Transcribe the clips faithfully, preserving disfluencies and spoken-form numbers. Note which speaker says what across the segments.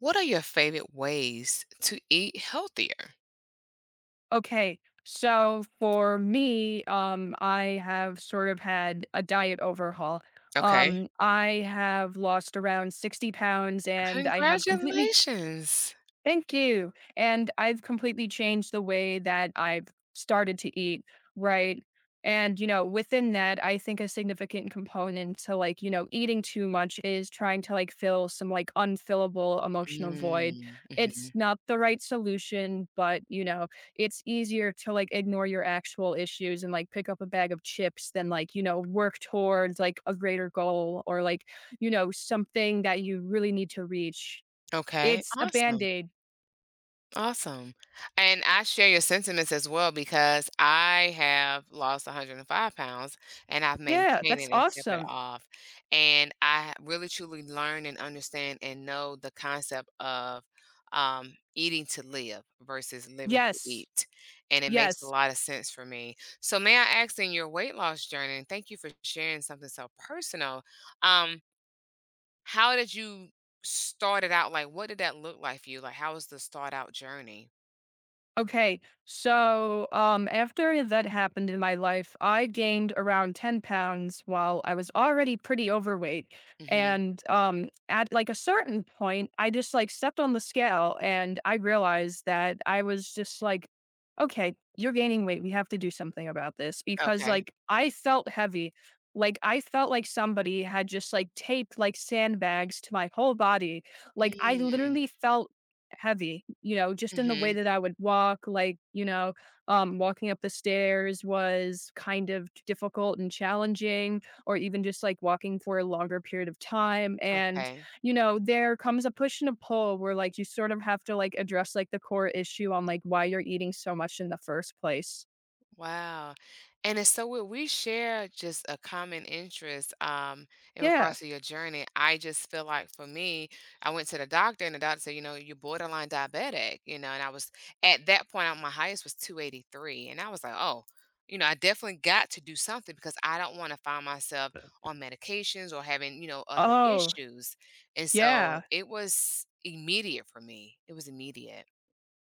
Speaker 1: What are your favorite ways to eat healthier?
Speaker 2: Okay. So for me, um, I have sort of had a diet overhaul.
Speaker 1: Okay.
Speaker 2: Um, I have lost around sixty pounds and I have completely—
Speaker 1: Congratulations.
Speaker 2: thank you. And I've completely changed the way that I've started to eat, right? And, you know, within that, I think a significant component to like, you know, eating too much is trying to like fill some like unfillable emotional void.
Speaker 1: Mm,
Speaker 2: It's
Speaker 1: mhm.
Speaker 2: not the right solution, but, you know, it's easier to like ignore your actual issues and like pick up a bag of chips than like, you know, work towards like a greater goal or like, you know, something that you really need to reach.
Speaker 1: Okay,
Speaker 2: It's a band
Speaker 1: awesome.
Speaker 2: aid.
Speaker 1: Awesome. And I share your sentiments as well because I have lost a hundred and five pounds, and I've
Speaker 2: Yeah,
Speaker 1: maintained it
Speaker 2: that's
Speaker 1: and kept it
Speaker 2: awesome.
Speaker 1: off. And I really truly learn and understand and know the concept of um, eating to live versus living to
Speaker 2: Yes.
Speaker 1: eat. And it makes a
Speaker 2: Yes.
Speaker 1: lot of sense for me. So, may I ask, in your weight loss journey, and thank you for sharing something so personal, um, how did you? Start it out. Like, what did that look like for you? Like, how was the start out journey?
Speaker 2: Okay, so um, after that happened in my life, I gained around ten pounds while I was already pretty overweight.
Speaker 1: Mhm.
Speaker 2: And um, at like a certain point, I just like stepped on the scale and I realized that I was just like, okay, you're gaining weight. We have to do something about this because
Speaker 1: Okay.
Speaker 2: like I felt heavy. Like I felt like somebody had just like taped like sandbags to my whole body. Like I
Speaker 1: Mm.
Speaker 2: literally felt heavy, you know, just in the way
Speaker 1: Mhm.
Speaker 2: that I would walk, like, you know, um, walking up the stairs was kind of difficult and challenging, or even just like walking for a longer period of time. And,
Speaker 1: Okay.
Speaker 2: you know, there comes a push and a pull where like you sort of have to like address like the core issue on like why you're eating so much in the first place.
Speaker 1: Wow. And it's so when we share just a common interest, um, in
Speaker 2: Yeah.
Speaker 1: regards to your journey, I just feel like, for me, I went to the doctor and the doctor said, you know, you're borderline diabetic, you know, and I was at that point, I- my highest was two eighty-three. And I was like, oh, you know, I definitely got to do something because I don't want to find myself on medications or having, you know, other
Speaker 2: Oh,
Speaker 1: issues. And so
Speaker 2: yeah.
Speaker 1: it was immediate for me. It was immediate.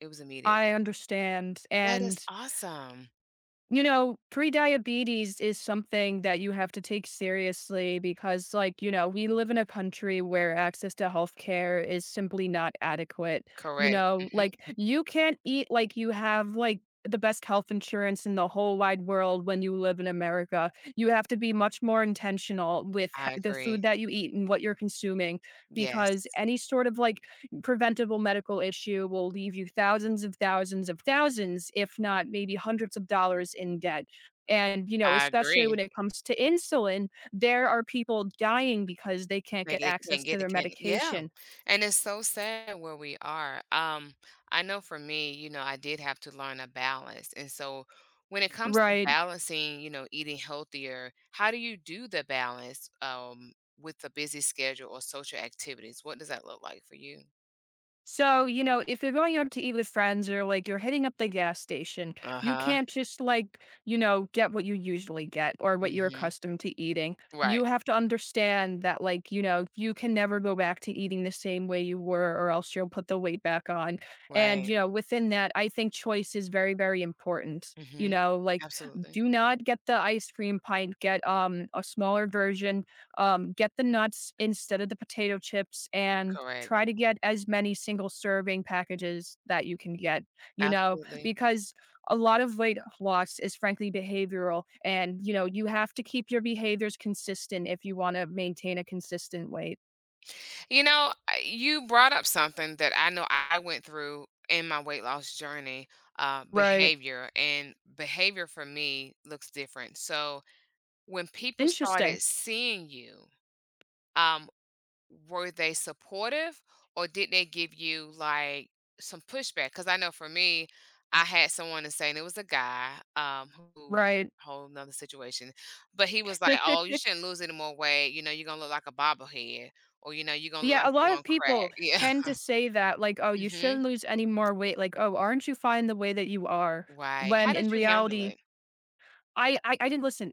Speaker 1: It was immediate.
Speaker 2: I understand.
Speaker 1: That
Speaker 2: And
Speaker 1: is awesome.
Speaker 2: you know, pre-diabetes is something that you have to take seriously because, like, you know, we live in a country where access to healthcare is simply not adequate. You
Speaker 1: Correct.
Speaker 2: know,
Speaker 1: Mhm.
Speaker 2: like, you can't eat like you have, like, the best health insurance in the whole wide world when you live in America. You have to be much more intentional with h
Speaker 1: I
Speaker 2: the
Speaker 1: agree.
Speaker 2: food that you eat and what you're consuming
Speaker 1: Yes,
Speaker 2: because any sort of, like, preventable medical issue will leave you thousands of thousands of thousands, if not maybe hundreds of dollars in debt. And, you know,
Speaker 1: I
Speaker 2: especially when
Speaker 1: agree.
Speaker 2: it comes to insulin, there are people dying because they can't
Speaker 1: Like,
Speaker 2: get
Speaker 1: they can't
Speaker 2: access to
Speaker 1: get they
Speaker 2: their
Speaker 1: can't. Yeah,
Speaker 2: medication.
Speaker 1: and it's so sad where we are. Um, I know for me, you know, I did have to learn a balance, and so when it comes to
Speaker 2: Right.
Speaker 1: balancing, you know, eating healthier, how do you do the balance, um, with a busy schedule or social activities? What does that look like for you?
Speaker 2: So, you know, if you're going out to eat with friends or like you're hitting up the gas station, you
Speaker 1: Uh-huh.
Speaker 2: can't just like, you know, get what you usually get or what you're
Speaker 1: Mhm.
Speaker 2: accustomed to eating.
Speaker 1: Right.
Speaker 2: You have to understand that, like, you know, you can never go back to eating the same way you were, or else you'll put the weight back on. And,
Speaker 1: Right.
Speaker 2: you know, within that, I think choice is very, very important. You
Speaker 1: Mhm.
Speaker 2: know, like
Speaker 1: Absolutely.
Speaker 2: do not get the ice cream pint, get um a smaller version, um, get the nuts instead of the potato chips and
Speaker 1: Correct.
Speaker 2: try to get as many single serving packages that you can get, you know,
Speaker 1: Absolutely.
Speaker 2: because a lot of weight loss is frankly behavioral. And, you know, you have to keep your behaviors consistent if you want to maintain a consistent weight.
Speaker 1: You know, I- you brought up something that I know I went through in my weight loss journey, uh,
Speaker 2: Right.
Speaker 1: behavior, and behavior for me looks different. So when people
Speaker 2: Interesting.
Speaker 1: started seeing you, um, were they supportive, or did they give you like some pushback? Because I know for me, I had someone to say, and it was a guy, um, who,
Speaker 2: Right.
Speaker 1: whole another situation, but he was like, "Oh, you shouldn't lose any more weight. You know, you're gonna look like a bobblehead, or you know, you're gonna look
Speaker 2: Yeah. A
Speaker 1: like
Speaker 2: lot
Speaker 1: you
Speaker 2: of
Speaker 1: on crack."
Speaker 2: people
Speaker 1: Yeah.
Speaker 2: tend to say that, like, oh, you shouldn't
Speaker 1: Hmm.
Speaker 2: lose any more weight. Like, oh, aren't you fine the way that you are?
Speaker 1: Right.
Speaker 2: When
Speaker 1: How
Speaker 2: in
Speaker 1: did you handle
Speaker 2: reality,
Speaker 1: it?
Speaker 2: I I I didn't listen.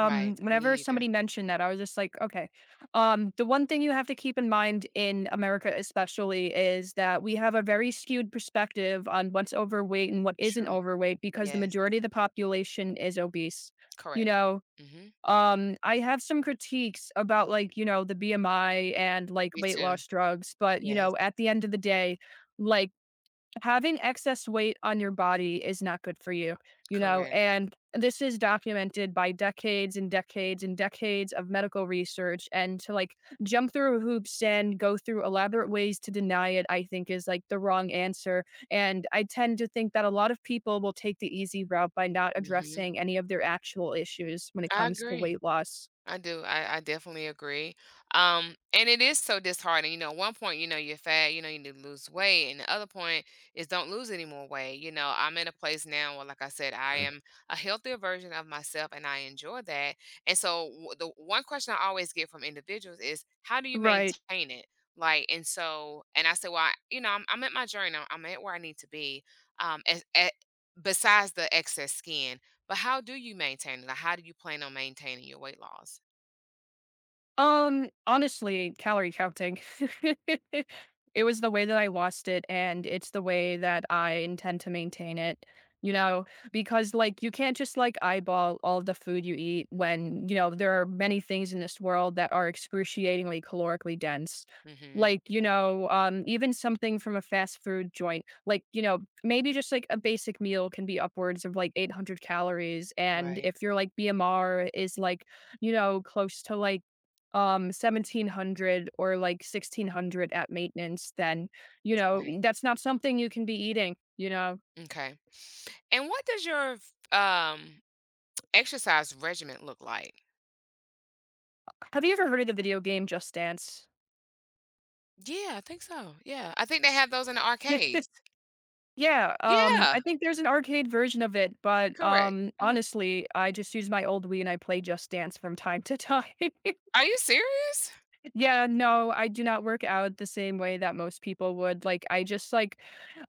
Speaker 1: Right.
Speaker 2: Whenever
Speaker 1: Me either.
Speaker 2: somebody mentioned that, I was just like, "Okay." Um, the one thing you have to keep in mind in America especially is that we have a very skewed perspective on what's overweight and what isn't
Speaker 1: True.
Speaker 2: overweight because the
Speaker 1: Yes.
Speaker 2: majority of the population is obese, you
Speaker 1: Correct.
Speaker 2: know?
Speaker 1: Hmm.
Speaker 2: Um, I have some critiques about, like, you know, the B M I and, like,
Speaker 1: Me
Speaker 2: weight
Speaker 1: too.
Speaker 2: loss drugs, but, you
Speaker 1: Yes.
Speaker 2: know, at the end of the day, like, having excess weight on your body is not good for you, you know,
Speaker 1: Correct.
Speaker 2: and this is documented by decades and decades and decades of medical research. And to like jump through hoops and go through elaborate ways to deny it, I think is like the wrong answer. And I tend to think that a lot of people will take the easy route by not
Speaker 1: Hmm.
Speaker 2: addressing any of their actual issues when it
Speaker 1: I
Speaker 2: comes to
Speaker 1: agree.
Speaker 2: weight loss.
Speaker 1: I do. I, I definitely agree. Um, and it is so disheartening. You know, one point, you know, you're fat, you know, you need to lose weight. And the other point is, don't lose any more weight. You know, I'm in a place now where, like I said, I am a healthier version of myself and I enjoy that. And so w- the one question I always get from individuals is, how do you
Speaker 2: Right.
Speaker 1: maintain it? Like, and so, and I say, well, I, you know, I'm, I'm at my journey. I'm, I'm at where I need to be. Um, as, a Besides the excess skin. But how do you maintain it? Like, how do you plan on maintaining your weight loss?
Speaker 2: Um, honestly, calorie counting. It was the way that I lost it, and it's the way that I intend to maintain it, you know, because, like, you can't just, like, eyeball all the food you eat when, you know, there are many things in this world that are excruciatingly calorically dense.
Speaker 1: Mhm.
Speaker 2: Like, you know, um, even something from a fast food joint, like, you know, maybe just like a basic meal can be upwards of like eight hundred calories. And
Speaker 1: Right,
Speaker 2: if your like B M R is like, you know, close to like um seventeen hundred or like sixteen hundred at maintenance, then you know
Speaker 1: right.
Speaker 2: that's not something you can be eating, you know.
Speaker 1: Okay. And what does your f um, exercise regimen look like?
Speaker 2: Have you ever heard of the video game Just Dance?
Speaker 1: Yeah, I think so. Yeah, I think they have those in the arcades.
Speaker 2: Yeah, um I
Speaker 1: Yeah,
Speaker 2: think there's an arcade version of it, but
Speaker 1: correct.
Speaker 2: um
Speaker 1: Mhm.
Speaker 2: honestly I just use my old Wii and I play Just Dance from time to time.
Speaker 1: Are you serious?
Speaker 2: Yeah, no, I do not work out the same way that most people would. Like I just like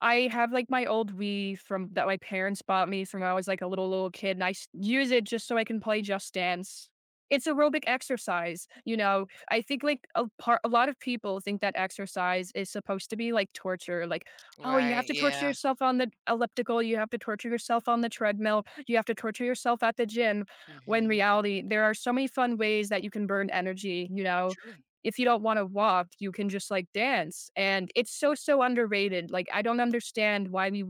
Speaker 2: I have like my old Wii from that my parents bought me from when I was like a little little kid and I s- use it just so I can play Just Dance. It's aerobic exercise, you know. I think like a part a lot of people think that exercise is supposed to be like torture, like oh, you have
Speaker 1: Right,
Speaker 2: to torture
Speaker 1: yeah.
Speaker 2: yourself on the elliptical, you have to torture yourself on the treadmill, you have to torture yourself at the gym. When
Speaker 1: Mhm.
Speaker 2: reality, there are so many fun ways that you can burn energy, you know,
Speaker 1: True.
Speaker 2: if you don't want to walk, you can just like dance. And it's so, so underrated. Like, I don't understand why we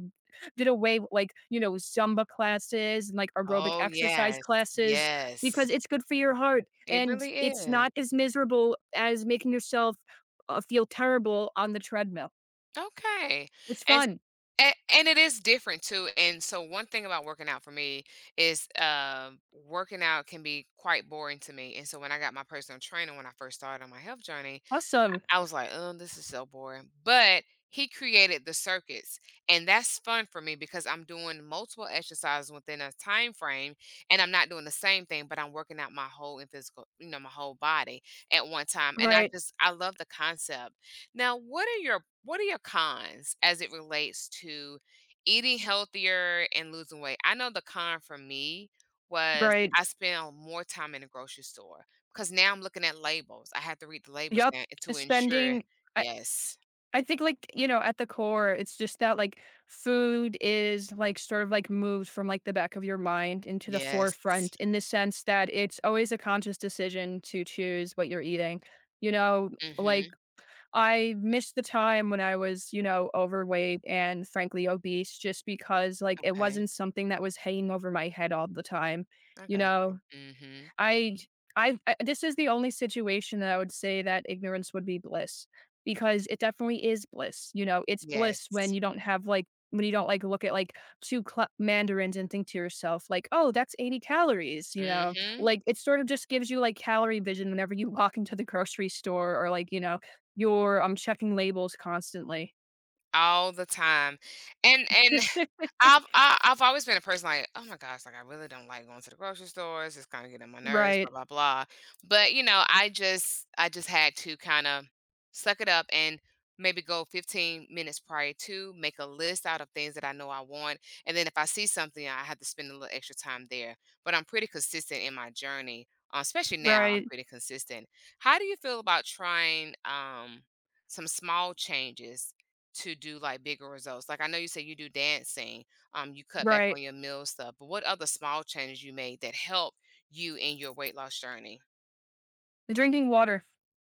Speaker 2: did away with like, you know, Zumba classes and like aerobic
Speaker 1: Oh,
Speaker 2: exercise
Speaker 1: yes.
Speaker 2: classes because
Speaker 1: Yes.
Speaker 2: it's good for your heart
Speaker 1: It
Speaker 2: and
Speaker 1: really
Speaker 2: it's
Speaker 1: is.
Speaker 2: not as miserable as making yourself uh, feel terrible on the treadmill.
Speaker 1: Okay.
Speaker 2: It's
Speaker 1: And
Speaker 2: fun.
Speaker 1: A and it is different too, and so one thing about working out for me is, um, working out can be quite boring to me, and so when I got my personal trainer when I first started on my health journey,
Speaker 2: Awesome.
Speaker 1: I was like, "Oh, this is so boring." But he created the circuits, and that's fun for me because I'm doing multiple exercises within a time frame, and I'm not doing the same thing, but I'm working out my whole and physical, you know, my whole body at one time. And I
Speaker 2: Right.
Speaker 1: just I love the concept. Now, what are your what are your cons as it relates to eating healthier and losing weight? I know the con for me was
Speaker 2: Right.
Speaker 1: I spend more time in the grocery store. 'Cause now I'm looking at labels. I have to read the labels
Speaker 2: Yup.
Speaker 1: now to ensure.
Speaker 2: Spending—
Speaker 1: Yes.
Speaker 2: I think like, you know, at the core, it's just that like food is like sort of like moved from like the back of your mind into the
Speaker 1: Yes.
Speaker 2: forefront in the sense that it's always a conscious decision to choose what you're eating. You know, like
Speaker 1: Mhm.
Speaker 2: I missed the time when I was, you know, overweight and frankly obese just because like it
Speaker 1: Okay.
Speaker 2: wasn't something that was hanging over my head all the time.
Speaker 1: I
Speaker 2: You
Speaker 1: got you.
Speaker 2: know,
Speaker 1: Mhm.
Speaker 2: I I I this is the only situation that I would say that ignorance would be bliss, because it definitely is bliss, you know? It's bliss when
Speaker 1: Yes.
Speaker 2: you don't have, like when you don't, like, look at, like, two cla mandarins and think to yourself, like, "Oh, that's eighty calories," you know?
Speaker 1: Mhm.
Speaker 2: Like, it sort of just gives you, like, calorie vision whenever you walk into the grocery store or, like, you know, you're, um, checking labels constantly.
Speaker 1: All the time. And and I've I, I've always been a person like, oh my gosh, like I really don't like going to the grocery stores. It's kind of getting on my nerves, blah
Speaker 2: Right,
Speaker 1: blah blah. But you know, I just I just had to kind of suck it up and maybe go fifteen minutes prior to make a list out of things that I know I want, and then if I see something, I have to spend a little extra time there. But I'm pretty consistent in my journey, uh, especially now. I'm
Speaker 2: right,
Speaker 1: pretty consistent. How do you feel about trying, um, some small changes to do like bigger results? Like, I know you say you do dancing, um, you cut back
Speaker 2: right.
Speaker 1: on your meal stuff. But what other small changes you made that help you in your weight loss journey?
Speaker 2: Drinking water.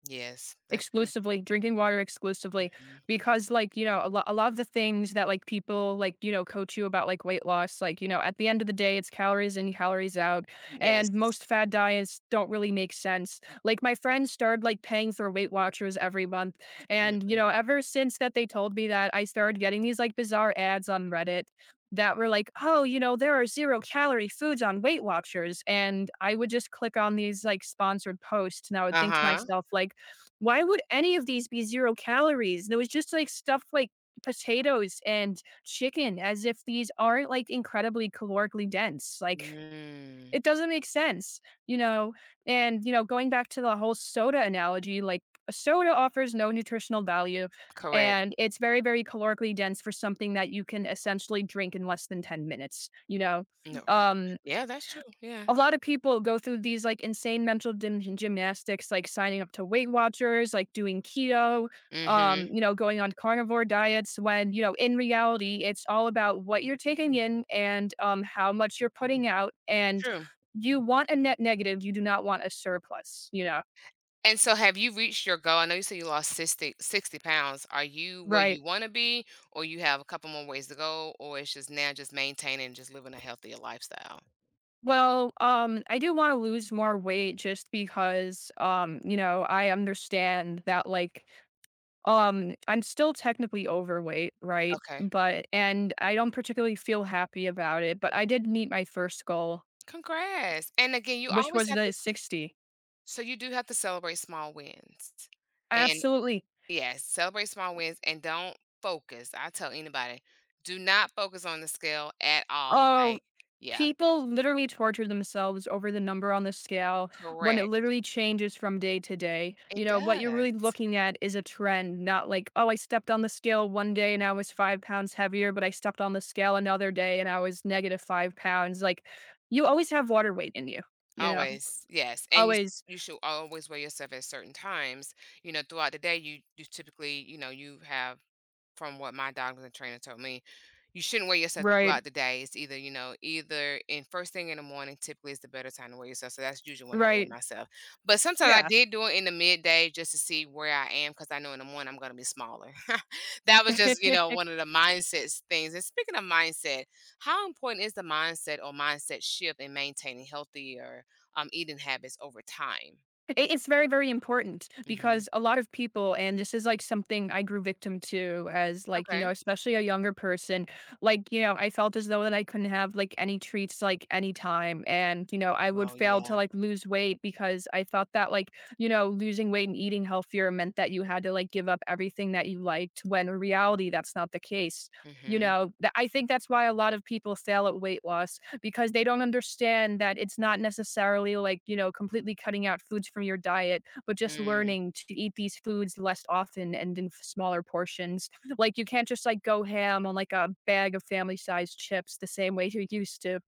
Speaker 1: Yes, that's true.
Speaker 2: Exclusively drinking water exclusively
Speaker 1: Mhm.
Speaker 2: because, like, you know, a lot a lot of the things that, like, people, like, you know, coach you about, like, weight loss, like, you know, at the end of the day, it's calories in, calories out,
Speaker 1: Yes.
Speaker 2: and most fad diets don't really make sense. Like, my friend started, like, paying for Weight Watchers every month, and, you know, ever since that they told me that, I started getting these, like, bizarre ads on Reddit that were like, "Oh, you know, there are zero-calorie foods on Weight Watchers," and I would just click on these, like, sponsored posts, and I would think to
Speaker 1: Uh-huh.
Speaker 2: myself, like, why would any of these be zero calories? There was just, like, stuff like potatoes and chicken as if these aren't, like, incredibly calorically dense, like,
Speaker 1: Mm.
Speaker 2: it doesn't make sense, you know? And, you know, going back to the whole soda analogy, like, a soda offers no nutritional value,
Speaker 1: Correct.
Speaker 2: and it's very, very calorically dense for something that you can essentially drink in less than ten minutes, you know?
Speaker 1: No. Right.
Speaker 2: Um
Speaker 1: Yeah, that's true. Yeah.
Speaker 2: a lot of people go through these like insane mental gym- gymnastics, like signing up to Weight Watchers, like doing keto,
Speaker 1: Mm-hmm.
Speaker 2: um, you know, going on carnivore diets when, you know, in reality, it's all about what you're taking in and um, how much you're putting out. And
Speaker 1: True.
Speaker 2: you want a net negative, you do not want a surplus, you know,
Speaker 1: And so have you reached your goal? I know you said you lost sixty sixty pounds. Are you where
Speaker 2: right?
Speaker 1: you want to be, or you have a couple more ways to go, or it's just now just maintaining, just living a healthier lifestyle?
Speaker 2: Well, um, I do want to lose more weight just because, um, you know, I understand that like Um, I'm still technically overweight, right?
Speaker 1: Okay.
Speaker 2: But and I don't particularly feel happy about it, but I did meet my first goal,
Speaker 1: Congrats. And again, you
Speaker 2: which
Speaker 1: always
Speaker 2: was
Speaker 1: have
Speaker 2: the
Speaker 1: to.
Speaker 2: sixty.
Speaker 1: So you do have to celebrate small wins. And
Speaker 2: Absolutely.
Speaker 1: yes, celebrate small wins and don't focus. I tell anybody, do not focus on the scale at all.
Speaker 2: Oh,
Speaker 1: Like, yeah,
Speaker 2: people literally torture themselves over the number on the scale when it
Speaker 1: correct.
Speaker 2: literally changes from day to day. You
Speaker 1: It
Speaker 2: know, what you're
Speaker 1: does.
Speaker 2: really looking at is a trend, not like, oh, I stepped on the scale one day and I was five pounds heavier, but I stepped on the scale another day and I was negative five pounds. Like you always have water weight in you, you know?
Speaker 1: Always. Yes. And you
Speaker 2: Always.
Speaker 1: you should always weigh yourself at certain times. You know, throughout the day, you you typically, you know, you have. From what my dog and trainer told me, you shouldn't weigh yourself
Speaker 2: Right.
Speaker 1: throughout the day. It's either, you know, either in, first thing in the morning, typically, is the better time to weigh yourself. So that's usually when I weigh
Speaker 2: Right.
Speaker 1: myself. But sometimes I
Speaker 2: Yeah.
Speaker 1: did do it in the midday just to see where I am because I know in the morning I'm going to be smaller. That was just, you know, one of the mindsets things. And speaking of mindset, how important is the mindset, or mindset shift, in maintaining healthier, um, eating habits over time?
Speaker 2: It it's very, very important
Speaker 1: Hmm.
Speaker 2: because a lot of people, and this is, like, something I grew victim to as, like, you know,
Speaker 1: Okay.
Speaker 2: especially a younger person, like, you know, I felt as though that I couldn't have, like, any treats, like, any time, and, you know, I would
Speaker 1: Oh
Speaker 2: fail to,
Speaker 1: yeah.
Speaker 2: like, lose weight because I thought that, like, you know, losing weight and eating healthier meant that you had to, like, give up everything that you liked, when in reality, that's not the case. You
Speaker 1: Hmm.
Speaker 2: know, that I think that's why a lot of people fail at weight loss because they don't understand that it's not necessarily like, you know, completely cutting out foods from your diet, but just
Speaker 1: Mm.
Speaker 2: learning to eat these foods less often and in f- smaller portions. Like you can't just like go ham on like a bag of family sized chips the same way you used to.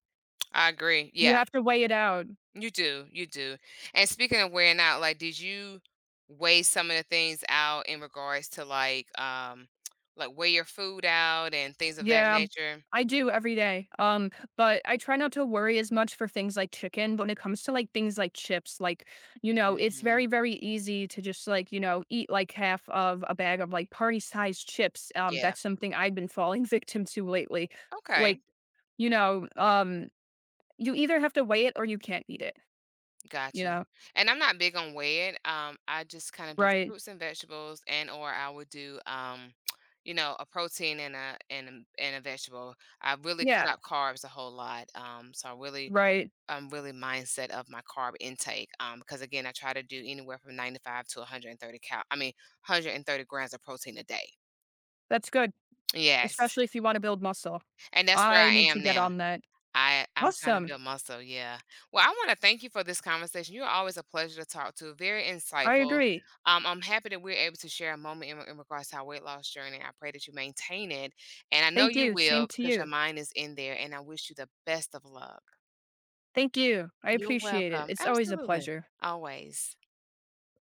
Speaker 1: I agree.
Speaker 2: You
Speaker 1: Yeah.
Speaker 2: have to weigh it out.
Speaker 1: You do, you do. And speaking of wearing out, like, did you weigh some of the things out in regards to, like, um, like weigh your food out and things of that
Speaker 2: Yeah,
Speaker 1: nature?
Speaker 2: I do every day, um, but I try not to worry as much for things like chicken, but when it comes to, like, things like chips, like, you know, it's
Speaker 1: Hmm.
Speaker 2: very, very easy to just, like, you know, eat, like, half of a bag of, like, party-sized chips, um,
Speaker 1: Yeah.
Speaker 2: that's something I've been falling victim to lately, like,
Speaker 1: Okay.
Speaker 2: you know, um, you either have to weigh it or you can't eat it, you
Speaker 1: Gotcha.
Speaker 2: know?
Speaker 1: And I'm not big on weighing. Um, I just kind of do
Speaker 2: Right.
Speaker 1: fruits and vegetables, and or I would do, um, you know, a protein and a and a, and a vegetable. I really cut
Speaker 2: Yeah,
Speaker 1: out carbs a whole lot. Um, so I really
Speaker 2: right.
Speaker 1: um, really mindset of my carb intake. Um, because again, I try to do anywhere from ninety-five to one hundred thirty cal. I mean, one hundred thirty grams of protein a day.
Speaker 2: That's good,
Speaker 1: Yes,
Speaker 2: especially if you wanna build muscle.
Speaker 1: and that's where
Speaker 2: I
Speaker 1: I
Speaker 2: need to
Speaker 1: am
Speaker 2: get
Speaker 1: now.
Speaker 2: on that.
Speaker 1: I I'm trying to
Speaker 2: Awesome,
Speaker 1: build muscle. Yeah. Well, I want to thank you for this conversation. You're always a pleasure to talk to. Very
Speaker 2: I
Speaker 1: insightful.
Speaker 2: agree.
Speaker 1: Um, I'm happy that we're able to share a moment in, in regards to our weight loss journey. I pray that you maintain it, and I know
Speaker 2: Thank
Speaker 1: you
Speaker 2: you, same
Speaker 1: will
Speaker 2: to
Speaker 1: because your
Speaker 2: you.
Speaker 1: mind is in there. And I wish you the best of luck.
Speaker 2: Thank you. I
Speaker 1: You're
Speaker 2: appreciate it.
Speaker 1: welcome.
Speaker 2: It's always a
Speaker 1: Absolutely.
Speaker 2: pleasure.
Speaker 1: Always.